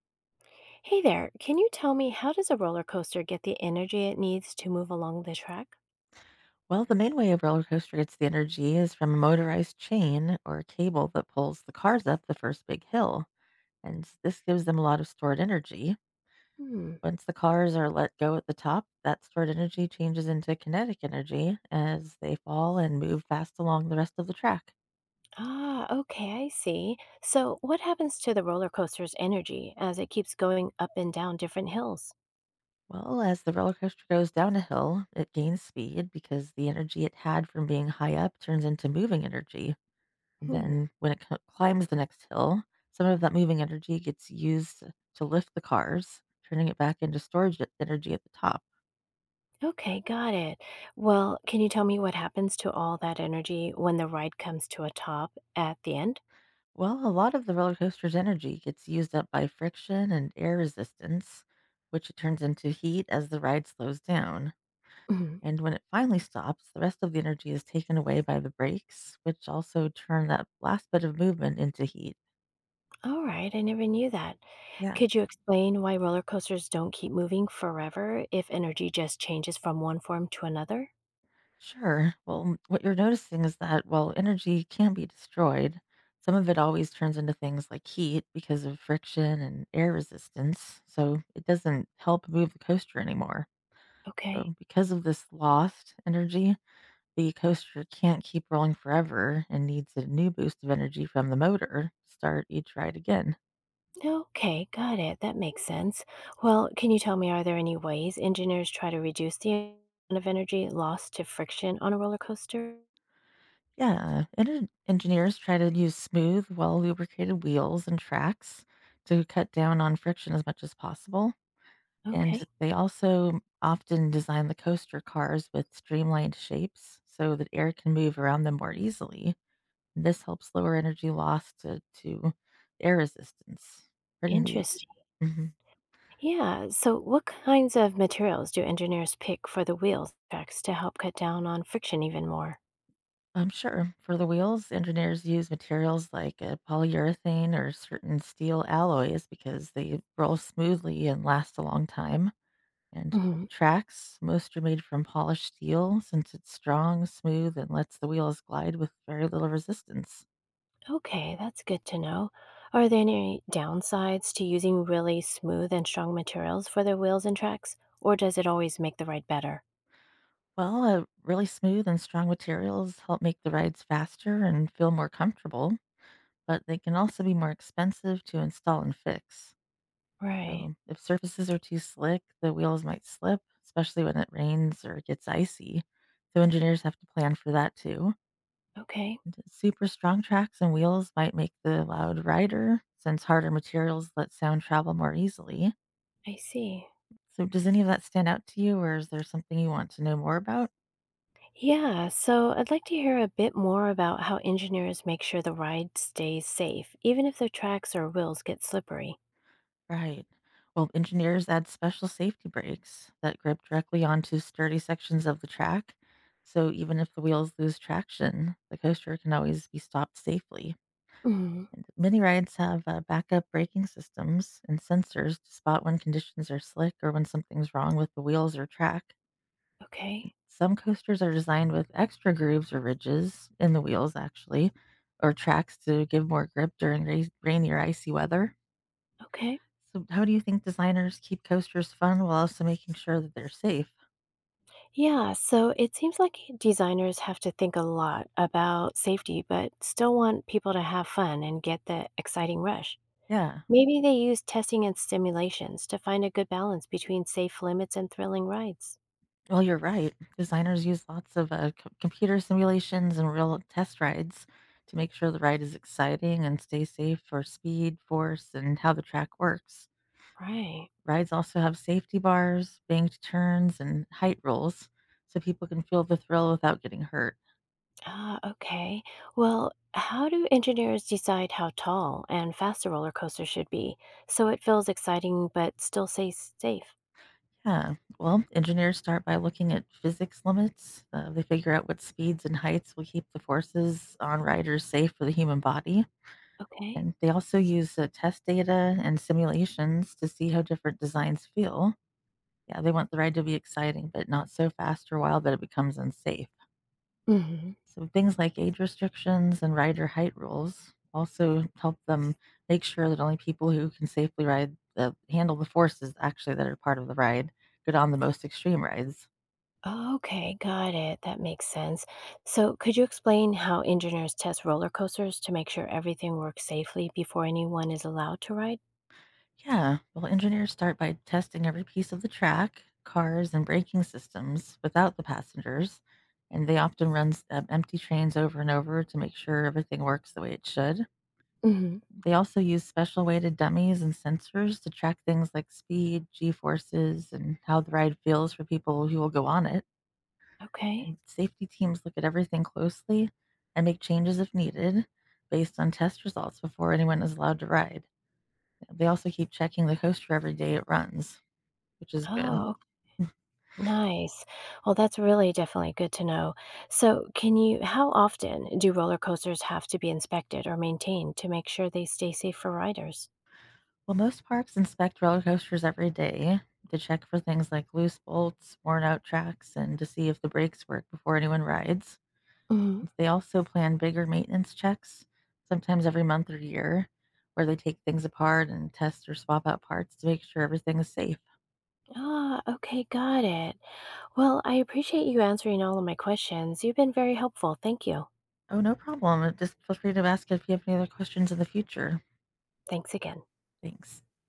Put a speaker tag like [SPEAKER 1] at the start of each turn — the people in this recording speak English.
[SPEAKER 1] Hey there, can you tell me how does a roller coaster get the energy it needs to move along the track?
[SPEAKER 2] Well, the main way a roller coaster gets the energy is from a motorized chain or cable that pulls the cars up the first big hill. And this gives them a lot of stored energy.
[SPEAKER 1] Hmm.
[SPEAKER 2] Once the cars are let go at the top, that stored energy changes into kinetic energy as they fall and move fast along the rest of the track.
[SPEAKER 1] Ah, okay, I see. So, what happens to the roller coaster's energy as it keeps going up and down different hills?
[SPEAKER 2] Well, as the roller coaster goes down a hill, it gains speed because the energy it had from being high up turns into moving energy. And
[SPEAKER 1] Hmm.
[SPEAKER 2] then when it c climbs the next hill, some of that moving energy gets used to lift the cars, turning it back into storage e energy at the top.
[SPEAKER 1] Okay, got it. Well, can you tell me what happens to all that energy when the ride comes to a top at the end?
[SPEAKER 2] Well, a lot of the roller coaster's energy gets used up by friction and air resistance, which it turns into heat as the ride slows down.
[SPEAKER 1] Mhm.
[SPEAKER 2] And when it finally stops, the rest of the energy is taken away by the brakes, which also turn that last bit of movement into heat.
[SPEAKER 1] All right, I never knew that.
[SPEAKER 2] Yeah.
[SPEAKER 1] Could you explain why roller coasters don't keep moving forever if energy just changes from one form to another?
[SPEAKER 2] Sure. Well, what you're noticing is that while energy can be destroyed, some of it always turns into things like heat because of friction and air resistance. So it doesn't help move the coaster anymore.
[SPEAKER 1] Okay.
[SPEAKER 2] So, because of this lost energy, the coaster can't keep rolling forever and needs a new boost of energy from the motor to start each ride again.
[SPEAKER 1] Okay, got it. That makes sense. Well, can you tell me, are there any ways engineers try to reduce the amount of energy lost to friction on a roller coaster?
[SPEAKER 2] Yeah, engineers try to use smooth, well lubricated wheels and tracks to cut down on friction as much as possible. And
[SPEAKER 1] Okay,
[SPEAKER 2] they also often design the coaster cars with streamlined shapes so that air can move around them more easily. This helps lower energy loss to air resistance. Pretty neat.
[SPEAKER 1] interesting.
[SPEAKER 2] Hmm
[SPEAKER 1] Yeah, so what kinds of materials do engineers pick for the wheels tracks to help cut down on friction even more?
[SPEAKER 2] I Sure. For the wheels, engineers use materials like polyurethane or certain steel alloys because they roll smoothly and last a long time. And for
[SPEAKER 1] Hmm.
[SPEAKER 2] the tracks, most are made from polished steel since it's strong, smooth, and lets the wheels glide with very little resistance.
[SPEAKER 1] Okay, that's good to know. Are there any downsides to using really smooth and strong materials for their wheels and tracks, or does it always make the ride better?
[SPEAKER 2] Well, really smooth and strong materials help make the rides faster and feel more comfortable, but they can also be more expensive to install and fix.
[SPEAKER 1] Right.
[SPEAKER 2] So, if surfaces are too slick, the wheels might slip, especially when it rains or gets icy. So, engineers have to plan for that too.
[SPEAKER 1] Okay,
[SPEAKER 2] And super strong tracks and wheels might make the loud rider, since harder materials let sound travel more easily.
[SPEAKER 1] I see.
[SPEAKER 2] So, does any of that stand out to you, or is there something you want to know more about?
[SPEAKER 1] Yeah, so I'd like to hear a bit more about how engineers make sure the ride stays safe, even if the tracks or wheels get slippery.
[SPEAKER 2] Right. Well, engineers add special safety brakes that grip directly onto sturdy sections of the track. So even if the wheels lose traction, the coaster can always be stopped safely.
[SPEAKER 1] Mm,
[SPEAKER 2] And many rides have backup braking systems and sensors to spot when conditions are slick or when something's wrong with the wheels or track.
[SPEAKER 1] okay,
[SPEAKER 2] Some coasters are designed with extra grooves or ridges in the wheels, actually, or tracks to give more grip during rainy or icy weather.
[SPEAKER 1] okay.
[SPEAKER 2] So, how do you think designers keep coasters fun while also making sure that they're safe?
[SPEAKER 1] Yeah, so it seems like designers have to think a lot about safety, but still want people to have fun and get the exciting rush.
[SPEAKER 2] Yeah.
[SPEAKER 1] Maybe they use testing and simulations to find a good balance between safe limits and thrilling rides.
[SPEAKER 2] Well, you're right. Designers use lots of computer simulations and real test rides to make sure the ride is exciting and stay safe for speed, force, and how the track works.
[SPEAKER 1] Right.
[SPEAKER 2] Rides also have safety bars, banked turns, and height rules so people can feel the thrill without getting hurt.
[SPEAKER 1] Ah, okay. Well, how do engineers decide how tall and fast a roller coaster should be so it feels exciting but still stays safe?
[SPEAKER 2] Yeah. Well, engineers start by looking at physics limits. They figure out what speeds and heights will keep the forces on riders safe for the human body.
[SPEAKER 1] Okay.
[SPEAKER 2] And they also use test data and simulations to see how different designs feel. Yeah, they want the ride to be exciting, but not so fast or wild that it becomes unsafe.
[SPEAKER 1] Hmm.
[SPEAKER 2] So things like age restrictions and rider height rules also help them make sure that only people who can safely ride the handle the forces actually that are part of the ride get on the most extreme rides.
[SPEAKER 1] Okay, got it. That makes sense. So, could you explain how engineers test roller coasters to make sure everything works safely before anyone is allowed to ride?
[SPEAKER 2] Yeah, well, engineers start by testing every piece of the track, cars, and braking systems without the passengers, and they often run empty trains over and over to make sure everything works the way it should.
[SPEAKER 1] Hmm.
[SPEAKER 2] They also use special weighted dummies and sensors to track things like speed, g forces, and how the ride feels for people who will go on it.
[SPEAKER 1] Okay.
[SPEAKER 2] And safety teams look at everything closely and make changes if needed based on test results before anyone is allowed to ride. They also keep checking the coaster every day it runs, which is good.
[SPEAKER 1] Oh, nice. Well, that's really definitely good to know. So, can you, how often do roller coasters have to be inspected or maintained to make sure they stay safe for riders?
[SPEAKER 2] Well, most parks inspect roller coasters every day to check for things like loose bolts, worn out tracks, and to see if the brakes work before anyone rides.
[SPEAKER 1] Mhm.
[SPEAKER 2] They also plan bigger maintenance checks, sometimes every month or year, where they take things apart and test or swap out parts to make sure everything is safe.
[SPEAKER 1] Ah, okay, got it. Well, I appreciate you answering all of my questions. You've been very helpful. Thank you.
[SPEAKER 2] Oh, no problem. Just feel free to ask if you have any other questions in the future.
[SPEAKER 1] Thanks again.
[SPEAKER 2] Thanks.